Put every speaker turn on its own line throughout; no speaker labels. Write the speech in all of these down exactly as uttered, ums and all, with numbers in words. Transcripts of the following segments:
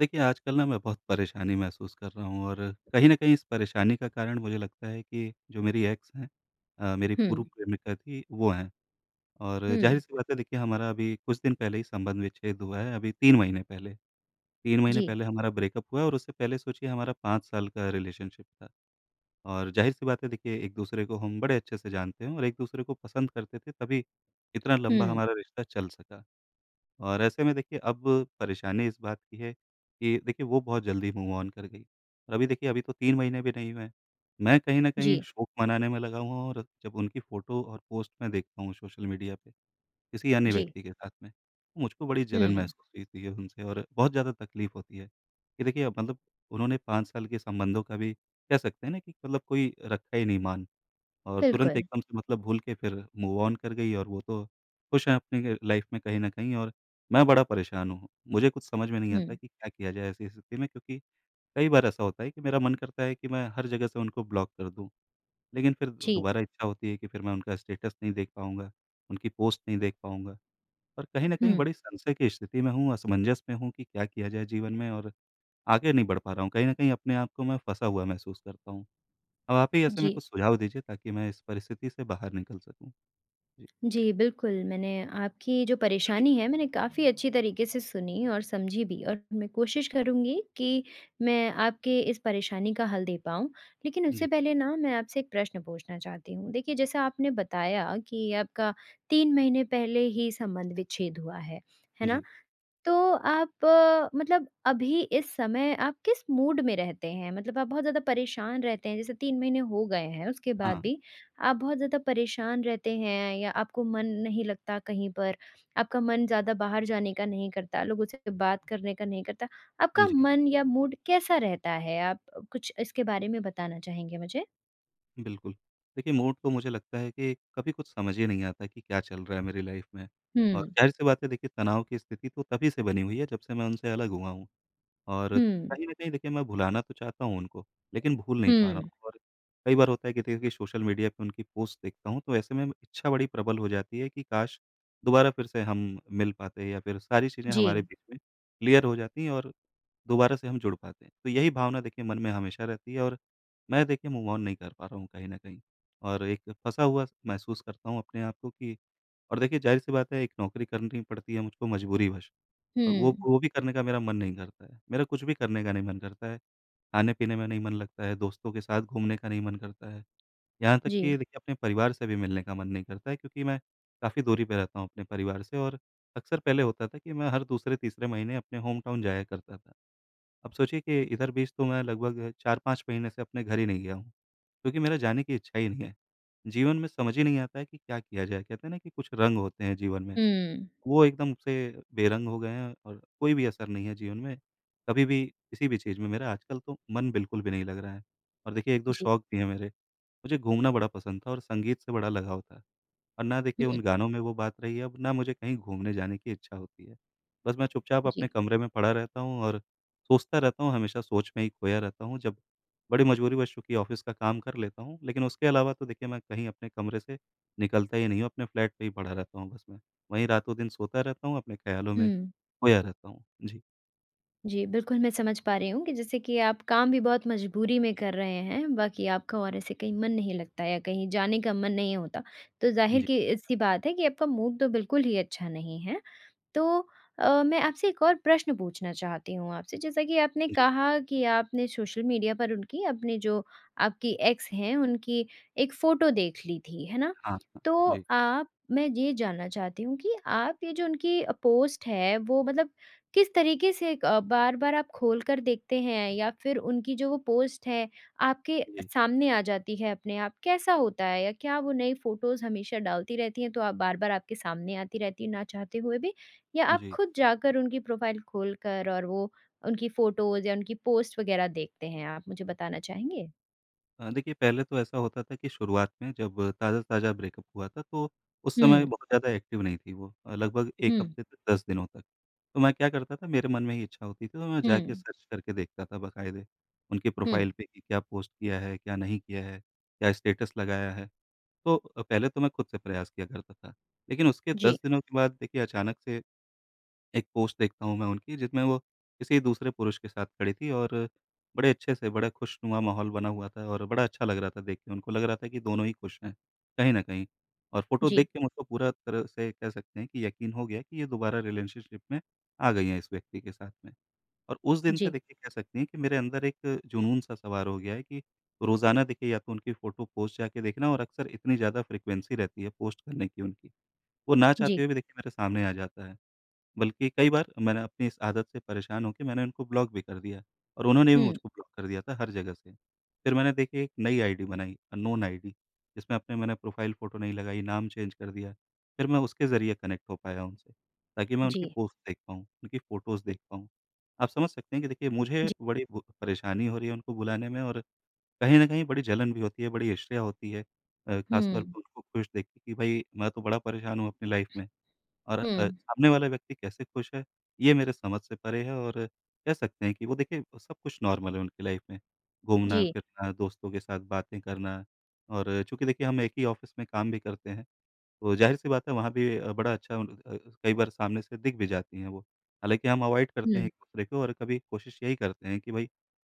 देखिए, आजकल ना मैं बहुत परेशानी महसूस कर रहा हूँ और कहीं न कहीं इस परेशानी का कारण मुझे लगता है कि जो मेरी एक्स हैं, अ, मेरी
हुँ।
पूर्व प्रेमिका थी, वो हैं। और
हुँ।
ज़ाहिर-सी बात है, देखिए हमारा अभी कुछ दिन पहले ही संबंध विच्छेद हुआ है, अभी तीन महीने पहले। तीन महीने
जी।
पहले हमारा ब्रेकअप हुआ, और उससे पहले सोचिए हमारा पाँच साल का रिलेशनशिप था। और ज़ाहिर-सी बात है, देखिए एक दूसरे को हम बड़े अच्छे से जानते हैं और एक दूसरे को पसंद करते थे, तभी इतना लंबा
हुँ।
हमारा रिश्ता चल सका। और ऐसे में देखिए, अब परेशानी इस बात की है कि देखिए वो बहुत जल्दी मूव ऑन कर गई, और अभी देखिए, अभी तो तीन महीने भी नहीं हुए हैं। मैं कहीं न
जी।
कहीं शोक मनाने में लगा हुआ हूँ, और जब उनकी फ़ोटो और पोस्ट मैं देखता हूँ सोशल मीडिया पे किसी अन्य
जी।
व्यक्ति के साथ में, तो मुझको बड़ी जलन
हुँ।
महसूस हुई थी उनसे, और बहुत ज़्यादा तकलीफ़ होती है कि देखिए अब मतलब उन्होंने पाँच साल के संबंधों का भी, कह सकते हैं ना, कि मतलब कोई रखा ही नहीं मान। और तुरंत
बिल्कुल।
एकदम से मतलब भूल के फिर मूव ऑन कर गई, और वो तो खुश हैं अपनी लाइफ में कहीं न कहीं, और मैं बड़ा परेशान हूँ। मुझे कुछ समझ में नहीं आता
हुँ।
कि क्या किया जाए ऐसी स्थिति में, क्योंकि कई बार ऐसा होता है कि मेरा मन करता है कि मैं हर जगह से उनको ब्लॉक कर दूँ। लेकिन फिर
जी।
दोबारा इच्छा होती है कि फिर मैं उनका स्टेटस नहीं देख पाऊँगा, उनकी पोस्ट नहीं देख पाऊँगा, और कहीं न कहीं
हुँ।
बड़ी संशय की स्थिति में हूँ, असमंजस में हूँ कि क्या किया जाए जीवन में, और आगे नहीं बढ़ पा रहा हूँ। कहीं न कहीं अपने आप को मैं फँसा हुआ महसूस करता हूँ। अब आप ही ऐसे में
जी।
कुछ सुझाव दीजिए ताकि मैं इस परिस्थिति से बाहर निकल सकूँ। जी,
जी, बिल्कुल, मैंने आपकी जो परेशानी है, मैंने काफ़ी अच्छी तरीके से सुनी और समझी भी, और मैं कोशिश करूँगी कि मैं आपके इस परेशानी का हल दे पाऊँ। लेकिन उससे
जी,
पहले ना मैं आपसे एक प्रश्न पूछना चाहती हूँ। देखिए, जैसा आपने बताया कि आपका तीन महीने पहले ही संबंध विच्छेद हुआ है, है ना?
जी।
तो आप अ, मतलब अभी इस समय आप किस मूड में रहते हैं? मतलब आप बहुत ज़्यादा परेशान रहते हैं, जैसे तीन महीने हो गए हैं, उसके बाद
हाँ,
भी आप बहुत ज़्यादा परेशान रहते हैं, या आपको मन नहीं लगता कहीं पर, आपका मन ज़्यादा बाहर जाने का नहीं करता, लोगों से बात करने का नहीं करता, आपका
जी,
मन या मूड कैसा रहता है? आप कुछ इसके बारे में बताना चाहेंगे मुझे?
बिल्कुल। देखिए, मूड तो मुझे लगता है कि कभी कुछ समझ ही नहीं आता कि क्या चल रहा है मेरी लाइफ़ में, और
हुँ।
ज़ाहिर-सी बात है, देखिए तनाव की स्थिति तो तभी से बनी हुई है जब से मैं उनसे अलग हुआ हूँ। और
हुँ।
कहीं न कहीं देखिए, मैं भुलाना तो चाहता हूँ उनको, लेकिन भूल नहीं पा रहा
हुँ।
हूँ, और कई बार होता है कि देखिए सोशल मीडिया पे उनकी पोस्ट देखता हूँ, तो ऐसे में इच्छा बड़ी प्रबल हो जाती है कि काश! दोबारा फिर से हम मिल पाते, या फिर सारी चीज़ें हमारे
जी।
बीच में क्लियर हो जाती हैं और दोबारा से हम जुड़ पाते हैं। तो यही भावना देखिए मन में हमेशा रहती है, और मैं देखिए मूव ऑन नहीं कर पा रहा हूँ कहीं न कहीं, और एक फँसा हुआ महसूस करता हूँ अपने आप को कि और देखिए, ज़ाहिर-सी बात है, एक नौकरी करनी पड़ती है मुझको मजबूरीवश। अ, वो
हुँ।
वो भी करने का मेरा मन नहीं करता है। मेरा कुछ भी करने का नहीं मन करता है। खाने-पीने में नहीं मन लगता है, दोस्तों के साथ घूमने का नहीं मन करता है। यहाँ तक
जी।
कि देखिए अपने परिवार से भी मिलने का मन नहीं करता है, क्योंकि मैं काफ़ी दूरी पे रहता हूँ अपने परिवार से, और अक्सर पहले होता था कि मैं हर दूसरे-तीसरे महीने अपने होम टाउन जाया करता था। अब सोचिए कि इधर बीच तो मैं लगभग चार पाँच महीने से अपने घर ही नहीं गया हूँ, क्योंकि मेरा जाने की इच्छा ही नहीं है। जीवन में समझ ही नहीं आता है कि क्या किया जाए? कहते हैं ना कि कुछ रंग होते हैं जीवन में।
हुँ।
वो एकदम से बेरंग हो गए हैं, और कोई भी असर नहीं है जीवन में, कभी भी, किसी भी चीज़ में मेरा आजकल तो मन बिल्कुल भी नहीं लग रहा है। और देखिए एक दो
जी।
शौक भी हैं मेरे। मुझे घूमना बड़ा पसंद था, और संगीत से बड़ा लगाव था। और ना
हुँ।
देखिए उन गानों में वो बात रही है, अब ना मुझे कहीं घूमने जाने की इच्छा होती है। बस मैं चुपचाप अपने
जी।
कमरे में पड़ा रहता हूँ और सोचता रहता हूँ, हमेशा सोच में ही खोया रहता हूँ। जब बड़ी मजबूरीवश चूँकि ऑफ़िस का काम कर लेता हूँ, लेकिन उसके अलावा तो देखिए मैं कहीं अपने कमरे से निकलता ही नहीं हूँ, अपने फ्लैट पे ही पड़ा रहता हूँ बस मैं। वहीं रातों-दिन सोता रहता हूँ, अपने ख़्यालों में
हुँ।
खोया रहता हूँ। जी,
जी, बिल्कुल मैं समझ पा रही हूँ कि जैसे कि आप काम भी बहुत मजबूरी में कर रहे हैं, बाकी आपका और ऐसे कहीं मन नहीं लगता या कहीं जाने का मन नहीं होता। तो ज़ाहिर
जी,
की सी बात है कि आपका मूड तो बिल्कुल ही अच्छा नहीं है। तो अ, मैं आपसे एक और प्रश्न पूछना चाहती हूँ आपसे, जैसा कि आपने
जी।
कहा कि आपने सोशल मीडिया पर उनकी अपनी जो आपकी एक्स हैं, उनकी एक फ़ोटो देख ली थी, है ना?
हाँ, हाँ।
तो
जी,
आप मैं ये जानना चाहती हूँ कि आप ये जो उनकी अ, पोस्ट है वो मतलब किस तरीके से अ, बार-बार आप खोल कर देखते हैं, या फिर उनकी जो वो पोस्ट है, आपके
जी,
सामने आ जाती है अपने आप? कैसा होता है, या क्या वो नई फ़ोटोज़ हमेशा डालती रहती हैं, तो आप बार-बार आपके सामने आती रहती हैं ना चाहते हुए भी? या आप
जी।
खुद जाकर उनकी प्रोफ़ाइल खोल कर और वो उनकी फ़ोटोज़ या उनकी पोस्ट वग़ैरह देखते हैं? आप मुझे बताना चाहेंगे?
अ, देखिए पहले तो ऐसा होता था कि शुरुआत में जब ताज़ा-ताज़ा ब्रेकअप हुआ था, तो उस समय
हुँ।
बहुत ज़्यादा एक्टिव नहीं थी वो अ, लगभग एक
हुँ।
हफ्ते तक, दस दिनों तक। तो मैं क्या करता था, मेरे मन में ही इच्छा होती थी, तो मैं जाके
हुँ।
सर्च करके देखता था बकायदे, उनके
हुँ।
प्रोफ़ाइल पे कि क्या पोस्ट किया है, क्या नहीं किया है, क्या स्टेटस लगाया है। तो अ, पहले तो मैं खुद से प्रयास किया करता था। लेकिन उसके
जी।
दस दिनों के बाद देखिए अचानक से एक पोस्ट देखता हूँ मैं उनकी, जिसमें वो किसी दूसरे पुरुष के साथ खड़ी थी, और बड़े अच्छे से बड़ा खुशनुमा माहौल बना हुआ था, और बड़ा अच्छा लग रहा था देख के, उनको लग रहा था कि दोनों ही खुश हैं, कहीं न कहीं। और फ़ोटो
जी।
देख के मुझको पूरा तरह से कह सकते हैं कि यकीन हो गया कि ये दोबारा रिलेशनशिप में आ गई हैं इस व्यक्ति के साथ में। और उस दिन से
जी।
देखिए, कह सकती हैं कि मेरे अंदर एक जुनून सा सवार हो गया है कि रोज़ाना देखिए या तो उनकी फ़ोटो पोस्ट जाके देखना, और अक्सर इतनी ज़्यादा फ्रीक्वेंसी रहती है पोस्ट करने की उनकी, वो ना
जी।
चाहते हुए भी देखिए मेरे सामने आ जाता है। बल्कि कई बार मैंने अपनी इस आदत से परेशान होके मैंने उनको ब्लॉक भी कर दिया, और उन्होंने भी
हुँ।
मुझको ब्लॉक कर दिया था हर जगह से। फिर मैंने देखिए एक नई आईडी बनाई, अननोन आईडी, जिसमें अपने मैंने प्रोफ़ाइल फ़ोटो नहीं लगाई, नाम चेंज कर दिया। फिर मैं उसके ज़रिए कनेक्ट हो पाया उनसे, ताकि मैं
जी।
उनकी पोस्ट देख पाऊँ, उनकी फ़ोटोज़ देख पाऊँ। आप समझ सकते हैं कि देखिए मुझे
जी।
बड़ी बु परेशानी हो रही है उनको बुलाने में, और कहीं न कहीं बड़ी जलन भी होती है, बड़ी ईर्ष्या होती है। अ, ख़ास तौर पे
हुँ।
उनको खुश देख के कि भई मैं तो बड़ा परेशान हूँ अपनी लाइफ़ में। और
हुँ।
अ, सामने वाला व्यक्ति कैसे खुश है, ये मेरे समझ से परे है, और कह सकते हैं कि वो देखिए सब कुछ नॉर्मल है उनकी लाइफ़ में।
जी।
घूमना-फिरना, दोस्तों के साथ बातें करना, और चूँकि देखिए हम एक ही ऑफ़िस में काम भी करते हैं, तो ज़ाहिर-सी बात है वहाँ भी अ, बड़ा अच्छा उन अ, कई बार सामने से दिख भी जाती हैं वो। हालाँकि हम अवॉइड करते हैं
हुँ।
एक-दूसरे को, और कभी कोशिश यही करते हैं कि भई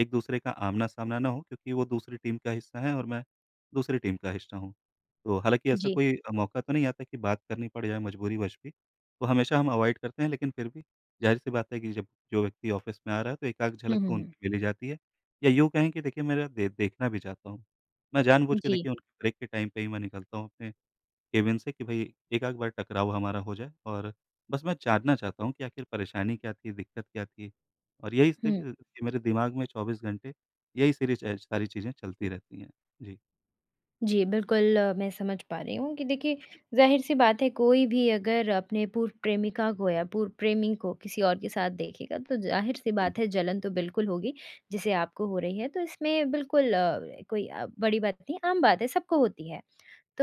एक-दूसरे का आमना-सामना ना हो, क्योंकि वो दूसरी टीम का हिस्सा है, और मैं दूसरी टीम का हिस्सा हूँ। तो हालाँकि ऐसा
जी।
कोई अ, मौका तो नहीं आता कि बात करनी पड़ जाए मजबूरीवश भी, तो हमेशा हम अवॉइड करते हैं, लेकिन फिर भी ज़ाहिर-सी बात है कि जब जो व्यक्ति ऑफ़िस में आ रहा है तो एक-आध
हुँ।
झलक
हुँ।
तो
हुँ।
उनकी मिल ही जाती है, या यूँ कहें कि देखिए मेरा दे देखना भी चाहता हूँ। मैं जानबूझ के
जी।
देखिए उनके ब्रेक के टाइम पे ही मैं निकलता हूँ अपने केबिन से, कि भई एक-आध बार टकराव हमारा हो जाए, और बस मैं जानना चाहता हूँ कि आखिर परेशानी क्या थी, दिक्कत क्या थी? और यही सिर्फ़
हुँ।
अ, मेरे दिमाग में चौबीस घंटे यही सारी च सारी चीज़ें चलती रहती हैं। जी।
जी, बिल्कुल अ, मैं समझ पा रही हूँ कि देखिए ज़ाहिर-सी बात है, कोई भी अगर अपने पूर्व प्रेमिका को या पूर्व प्रेमी को किसी और के साथ देखेगा, तो ज़ाहिर-सी बात है जलन तो बिल्कुल होगी, जिसे आपको हो रही है। तो इसमें बिल्कुल अ, कोई अ, बड़ी बात नहीं, आम बात है, सबको होती है।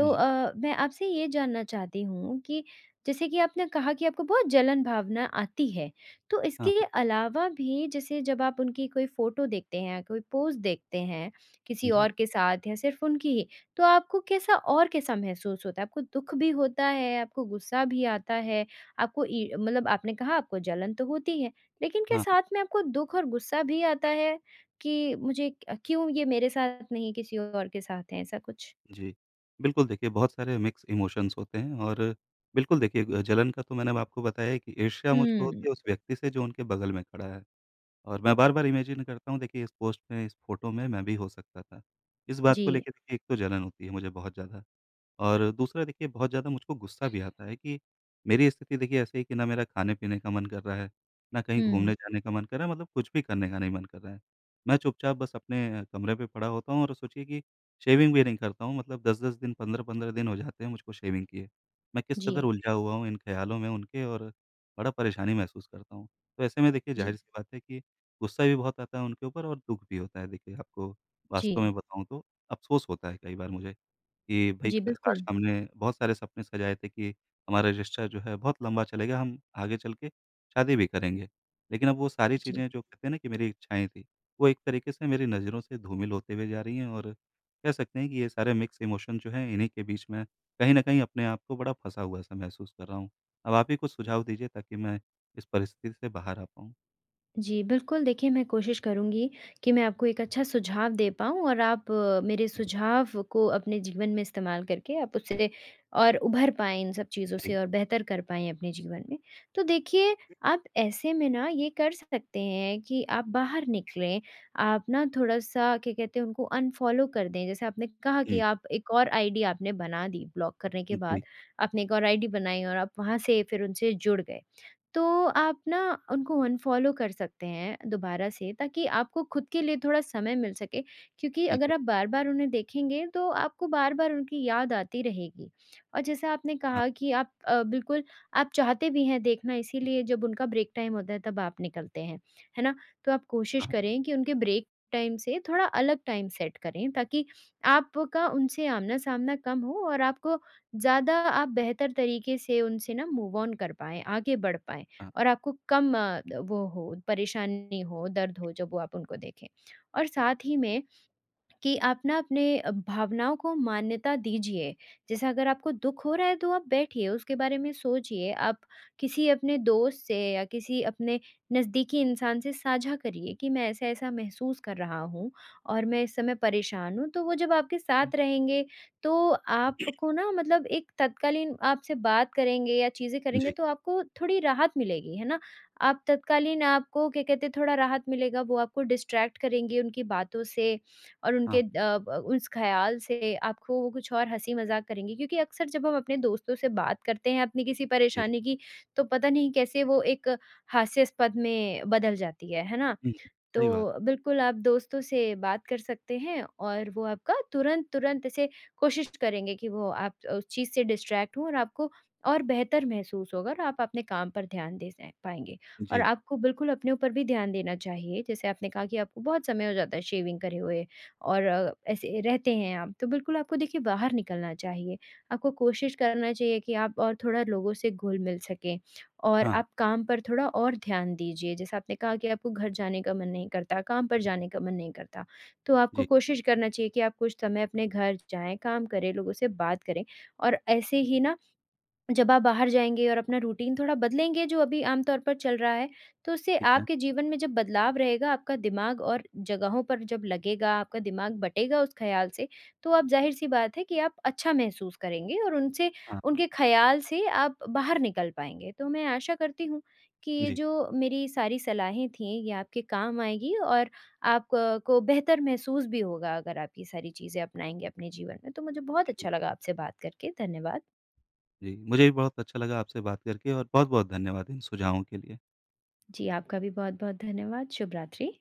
हुँ, जी।
अ, मैं आपसे ये जानना चाहती हूँ कि जैसे कि आपने कहा कि आपको बहुत जलन भावना आती है, तो इसके
हाँ,
अलावा भी, जैसे जब आप उनकी कोई फ़ोटो देखते हैं, कोई पोज़ देखते हैं, किसी
जी।
और के साथ या सिर्फ़ उनकी ही, तो आपको कैसा और कैसा महसूस होता है? आपको दुःख भी होता है, आपको गुस्सा भी आता है, आपको इ मतलब आपने कहा आपको जलन तो होती है, लेकिन क्या
हाँ,
साथ में आपको दुःख और गुस्सा भी आता है कि मुझे क्यों ये मेरे साथ नहीं, किसी और के साथ है, ऐसा कुछ?
जी। बिल्कुल देखिए, बहुत सारे मिक्स इमोशंस होते हैं, और बिल्कुल देखिए अ, जलन का तो मैंने अब आपको बताया है कि ईर्ष्या मुझको
हुँ।
होती है उस व्यक्ति से जो उनके बगल में खड़ा है, और मैं बार-बार इमेजिन करता हूँ, देखिए इस पोस्ट में, इस फ़ोटो में मैं भी हो सकता था। इस बात
जी।
को लेके देखिए, एक तो जलन होती है मुझे बहुत ज़्यादा, और दूसरा देखिए बहुत ज़्यादा मुझको गुस्सा भी आता है कि मेरी स्थिति देखिए ऐसे है कि ना मेरा खाने-पीने का मन कर रहा है, ना कहीं
हुँ।
घूमने जाने का मन कर रहा है, मतलब कुछ भी करने का नहीं मन कर रहा है। मैं चुपचाप बस अपने कमरे पे पड़ा होता हूँ, और सोचिए कि शेविंग भी नहीं करता हूँ मतलब दस दस दिन, पंद्रह पंद्रह दिन हो जाते हैं मुझको शेविंग किए। मैं किस
जी।
कदर उलझा हुआ हूँ इन ख़्यालों में उनके, और बड़ा परेशानी महसूस करता हूँ। तो ऐसे में देखिए
जी।
ज़ाहिर-सी बात है कि गुस्सा भी बहुत आता है उनके ऊपर, और दुःख भी होता है देखिए आपको वास्तव
जी।
में बताऊँ तो, अफ़सोस होता है कई बार मुझे कि भई
जी,
क काश
बिल्कुल।
हमने बहुत सारे सपने सजाए थे कि हमारा रिश्ता जो है बहुत लंबा चलेगा, हम आगे चल के शादी भी करेंगे। लेकिन अब वो सारी
जी।
चीज़ें जो कहते हैं ना कि मेरी इच्छाएँ थी, वो एक तरीके से मेरी नज़रों से धूमिल होते हुए जा रही हैं, और कह सकते हैं कि ये सारे मिक्स इमोशन जो हैं इन्हीं के बीच में कहीं न कहीं अपने आप को बड़ा फँसा हुआ सा महसूस कर रहा हूँ। अब आप ही कुछ सुझाव दीजिए ताकि मैं इस परिस्थिति से बाहर आ पाऊँ।
जी, बिल्कुल देखिए, मैं कोशिश करूँगी कि मैं आपको एक अच्छा सुझाव दे पाऊँ, और आप अ, मेरे सुझाव को अपने जीवन में इस्तेमाल करके आप उससे और उभर पाएँ इन सब चीज़ों से
जी।
और बेहतर कर पाएँ अपने जीवन में। तो देखिए, आप ऐसे में ना ये कर सकते हैं कि आप बाहर निकलें, आप ना थोड़ा-सा क्या कहते हैं, उनको अनफ़ॉलो कर दें। जैसे आपने कहा कि
हुँ।
आप एक और आईडी आपने बना दी ब्लॉक करने के बाद,
जी,
आपने एक और आईडी बनाई और आप वहाँ से फिर उनसे जुड़ गए। तो आप ना उनको अनफ़ॉलो कर सकते हैं दोबारा से, ताकि आपको खुद के लिए थोड़ा समय मिल सके, क्योंकि
ठीक
अगर
है।
आप बार-बार उन्हें देखेंगे तो आपको बार-बार उनकी याद आती रहेगी। और जैसा आपने
हाँ,
कहा कि आप अ, बिल्कुल आप चाहते भी हैं देखना, इसीलिए जब उनका ब्रेक टाइम होता है तब आप निकलते हैं, है ना? तो आप कोशिश
हाँ,
करें कि उनके ब्रेक टाइम से थोड़ा अलग टाइम सेट करें, ताकि आपका उनसे आमना-सामना कम हो, और आपको ज़्यादा आप बेहतर तरीके से उनसे ना मूव ऑन कर पाएँ, आगे बढ़ पाएँ।
हाँ।
और आपको कम अ, वो हो परेशानी हो, दर्द हो जब वो आप उनको देखें। और साथ ही में कि आप ना अपने अ, भावनाओं को मान्यता दीजिए। जैसे अगर आपको दुःख हो रहा है, तो आप बैठिए, उसके बारे में सोचिए, आप किसी अपने दोस्त से या किसी अपने नज़दीकी इंसान से साझा करिए कि मैं ऐसा-ऐसा महसूस कर रहा हूँ और मैं इस समय परेशान हूँ। तो वो जब आपके साथ रहेंगे, तो आपको ना मतलब एक तत्कालीन आपसे बात करेंगे या चीज़ें करेंगे,
जी,
तो आपको थोड़ी राहत मिलेगी, है ना? आप तत्कालीन आपको क्या कहते हैं, थोड़ा राहत मिलेगा, वो आपको डिस्ट्रैक्ट करेंगे उनकी बातों से, और उनके
हाँ,
अ, ब उस ख़्याल से आपको वो कुछ और हँसी-मज़ाक करेंगे, क्योंकि अक्सर जब हम अपने दोस्तों से बात करते हैं अपनी किसी
जी।
परेशानी की, तो पता नहीं कैसे वो एक हास्यास्पद में बदल जाती है, है ना?
हुँ, सही बात।
तो बिल्कुल आप दोस्तों से बात कर सकते हैं, और वो आपका तुरंत-तुरंत ऐसे कोशिश करेंगे कि वो आप उस चीज़ से डिस्ट्रैक्ट हों, और आपको और बेहतर महसूस होगा, और आप अपने काम पर ध्यान दे स पाएँगे। और
जी,
आपको बिल्कुल अपने ऊपर भी ध्यान देना चाहिए। जैसे आपने कहा कि आपको बहुत समय हो जाता है शेविंग करे हुए, और अ, ऐसे रहते हैं आप, तो बिल्कुल आपको देखिए बाहर निकलना चाहिए। आपको कोशिश करना चाहिए कि आप और थोड़ा लोगों से घुल-मिल सकें। और
हाँ।
आप काम पर थोड़ा और ध्यान दीजिए। जैसे आपने कहा कि आपको घर जाने का मन नहीं करता, काम पर जाने का मन नहीं करता, तो आपको
जी,
कोशिश करना चाहिए कि आप कुछ समय अपने घर जाएँ, काम करें, लोगों से बात करें, और ऐसे ही ना जब आप बाहर जाएँगे और अपना रूटीन थोड़ा बदलेंगे जो अभी आम तौर पर चल रहा है, तो उससे
ठीक है।
आपके जीवन में जब बदलाव रहेगा, आपका दिमाग और जगहों पर जब लगेगा, आपका दिमाग बटेगा उस ख़्याल से, तो आप ज़ाहिर-सी बात है कि आप अच्छा महसूस करेंगे, और उनसे
हाँ, हाँ।
उनके ख़्याल से आप बाहर निकल पाएँगे। तो मैं आशा करती हूँ कि ये
जी,
जो मेरी सारी सलाहें थीं, ये आपके काम आएगी, और आप अ, को बेहतर महसूस भी होगा अगर आप ये सारी चीज़ें अपनाएँगे अपने जीवन में। तो मुझे बहुत
जी,
अच्छा लगा आपसे बात करके। धन्यवाद।
जी। मुझे भी बहुत अच्छा लगा आपसे बात करके, और बहुत-बहुत धन्यवाद इन सुझावों के लिए।
जी, आपका भी बहुत-बहुत धन्यवाद। शुभ रात्रि।